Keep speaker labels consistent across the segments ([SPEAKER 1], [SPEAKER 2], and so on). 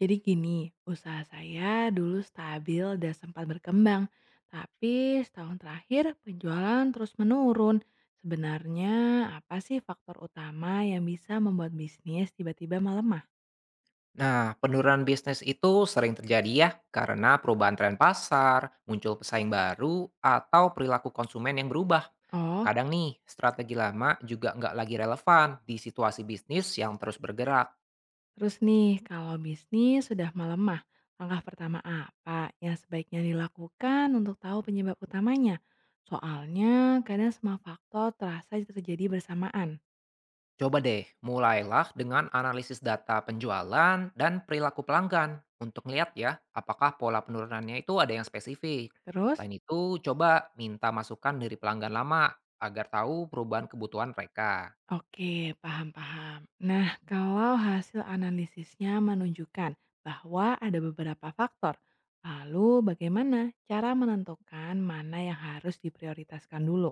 [SPEAKER 1] Jadi gini, usaha saya dulu stabil dan sempat berkembang, tapi setahun terakhir penjualan terus menurun. Sebenarnya apa sih faktor utama yang bisa membuat bisnis tiba-tiba melemah?
[SPEAKER 2] Nah, penurunan bisnis itu sering terjadi ya karena perubahan tren pasar, muncul pesaing baru, atau perilaku konsumen yang berubah.
[SPEAKER 1] Oh,
[SPEAKER 2] Kadang nih, strategi lama juga nggak lagi relevan di situasi bisnis yang terus bergerak.
[SPEAKER 1] terus nih kalau bisnis sudah melemah, langkah pertama apa yang sebaiknya dilakukan untuk tahu penyebab utamanya? Soalnya kadang semua faktor terasa terjadi bersamaan.
[SPEAKER 2] Coba deh, mulailah dengan analisis data penjualan dan perilaku pelanggan untuk melihat ya apakah pola penurunannya itu ada yang spesifik.
[SPEAKER 1] Terus?
[SPEAKER 2] Selain itu, coba minta masukan dari pelanggan lama agar tahu perubahan kebutuhan mereka.
[SPEAKER 1] Oke, paham-paham. Nah, kalau hasil analisisnya menunjukkan bahwa ada beberapa faktor, lalu bagaimana cara menentukan mana yang harus diprioritaskan dulu?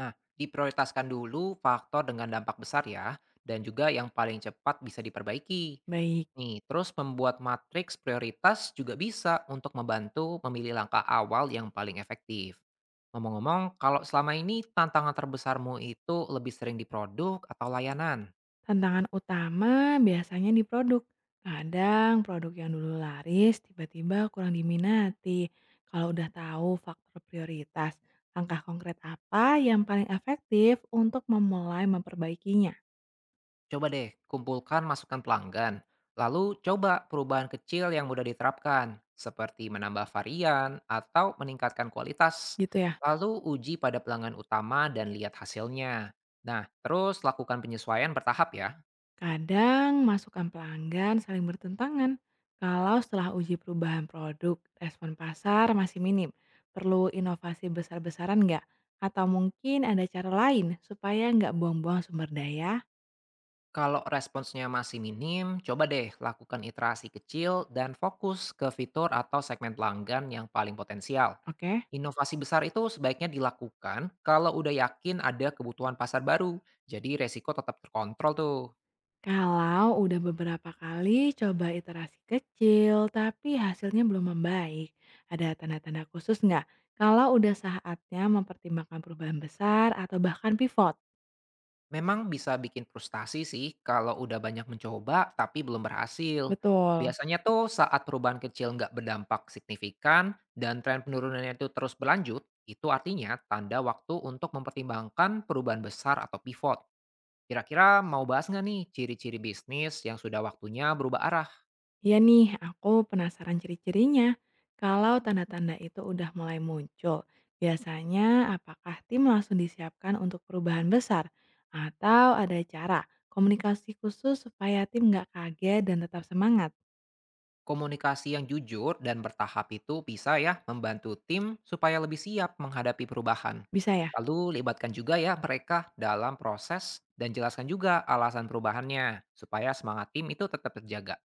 [SPEAKER 2] Nah, diprioritaskan dulu faktor dengan dampak besar ya, dan juga yang paling cepat bisa diperbaiki.
[SPEAKER 1] Baik,
[SPEAKER 2] Nih, terus membuat matriks prioritas juga bisa untuk membantu memilih langkah awal yang paling efektif. Ngomong-ngomong, kalau selama ini tantangan terbesarmu itu lebih sering di produk atau layanan?
[SPEAKER 1] tantangan utama biasanya di produk. Kadang produk yang dulu laris tiba-tiba kurang diminati. Kalau udah tahu faktor prioritas, langkah konkret apa yang paling efektif untuk memulai memperbaikinya?
[SPEAKER 2] Coba deh kumpulkan masukan pelanggan, lalu coba perubahan kecil yang mudah diterapkan, seperti menambah varian atau meningkatkan kualitas.
[SPEAKER 1] Gitu ya.
[SPEAKER 2] Lalu uji pada pelanggan utama dan lihat hasilnya. Nah, terus lakukan penyesuaian bertahap ya.
[SPEAKER 1] Kadang masukan pelanggan saling bertentangan. Kalau setelah uji perubahan produk, respon pasar masih minim. Perlu inovasi besar-besaran nggak? Atau mungkin ada cara lain supaya nggak buang-buang sumber daya?
[SPEAKER 2] Kalau responsnya masih minim, coba deh lakukan iterasi kecil dan fokus ke fitur atau segmen pelanggan yang paling potensial.
[SPEAKER 1] Oke.
[SPEAKER 2] Inovasi besar itu sebaiknya dilakukan kalau udah yakin ada kebutuhan pasar baru, jadi resiko tetap terkontrol tuh.
[SPEAKER 1] Kalau udah beberapa kali coba iterasi kecil tapi hasilnya belum membaik, ada tanda-tanda khusus nggak? Kalau udah saatnya mempertimbangkan perubahan besar atau bahkan pivot?
[SPEAKER 2] Memang bisa bikin frustasi sih kalau udah banyak mencoba tapi belum berhasil.
[SPEAKER 1] Betul.
[SPEAKER 2] Biasanya tuh saat perubahan kecil nggak berdampak signifikan dan tren penurunannya itu terus berlanjut, itu artinya tanda waktu untuk mempertimbangkan perubahan besar atau pivot. Kira-kira mau bahas nggak nih ciri-ciri bisnis yang sudah waktunya berubah arah?
[SPEAKER 1] Iya nih, aku penasaran ciri-cirinya. Kalau tanda-tanda itu udah mulai muncul, biasanya apakah tim langsung disiapkan untuk perubahan besar? Atau ada cara komunikasi khusus supaya tim nggak kaget dan tetap semangat?
[SPEAKER 2] Komunikasi yang jujur dan bertahap itu bisa ya membantu tim supaya lebih siap menghadapi perubahan.
[SPEAKER 1] Bisa ya?
[SPEAKER 2] Lalu libatkan juga ya mereka dalam proses dan jelaskan juga alasan perubahannya supaya semangat tim itu tetap terjaga.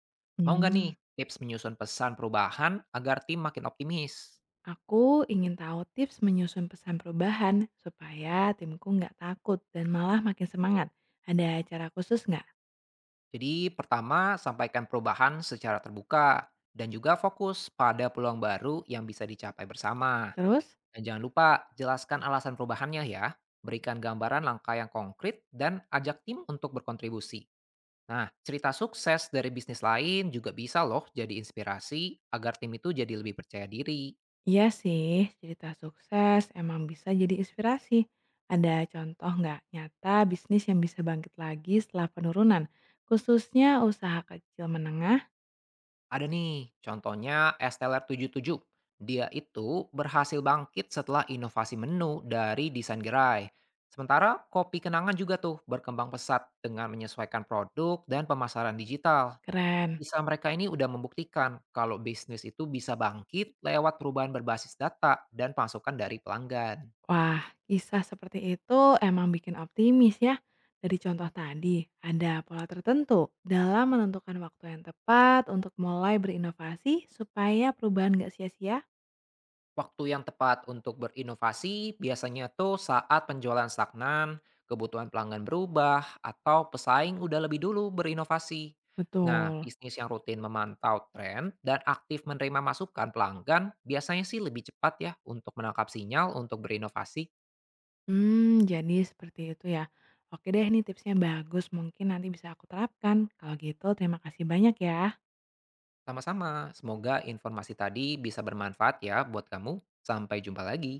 [SPEAKER 2] Mau nggak nih
[SPEAKER 1] Hmm,
[SPEAKER 2] tips menyusun pesan perubahan agar tim makin optimis?
[SPEAKER 1] aku ingin tahu tips menyusun pesan perubahan supaya timku nggak takut dan malah makin semangat. Ada cara khusus nggak?
[SPEAKER 2] Jadi pertama sampaikan perubahan secara terbuka dan juga fokus pada peluang baru yang bisa dicapai bersama.
[SPEAKER 1] Terus?
[SPEAKER 2] Dan jangan lupa jelaskan alasan perubahannya ya. Berikan gambaran langkah yang konkret dan ajak tim untuk berkontribusi. Nah, cerita sukses dari bisnis lain juga bisa loh jadi inspirasi agar tim itu jadi lebih percaya diri.
[SPEAKER 1] Iya sih, cerita sukses emang bisa jadi inspirasi. Ada contoh nggak nyata bisnis yang bisa bangkit lagi setelah penurunan, khususnya usaha kecil menengah?
[SPEAKER 2] Ada nih, contohnya Esteller tujuh. Puluh tujuh. Dia itu berhasil bangkit setelah inovasi menu dari desain gerai. Sementara kopi kenangan juga tuh berkembang pesat dengan menyesuaikan produk dan pemasaran digital.
[SPEAKER 1] Keren.
[SPEAKER 2] Kisah mereka ini udah membuktikan kalau bisnis itu bisa bangkit lewat perubahan berbasis data dan masukan dari pelanggan.
[SPEAKER 1] Wah, kisah seperti itu emang bikin optimis ya. Dari contoh tadi, ada pola tertentu dalam menentukan waktu yang tepat untuk mulai berinovasi supaya perubahan nggak sia-sia?
[SPEAKER 2] Waktu yang tepat untuk berinovasi biasanya tuh saat penjualan stagnan, kebutuhan pelanggan berubah, atau pesaing udah lebih dulu berinovasi. Nah,
[SPEAKER 1] Betul.
[SPEAKER 2] bisnis yang rutin memantau tren dan aktif menerima masukan pelanggan biasanya sih lebih cepat ya untuk menangkap sinyal untuk berinovasi.
[SPEAKER 1] Hmm, jadi seperti itu ya. Oke deh, ini tipsnya bagus, mungkin nanti bisa aku terapkan. Kalau gitu terima kasih banyak ya.
[SPEAKER 2] Sama-sama, semoga informasi tadi bisa bermanfaat ya buat kamu. Sampai jumpa lagi.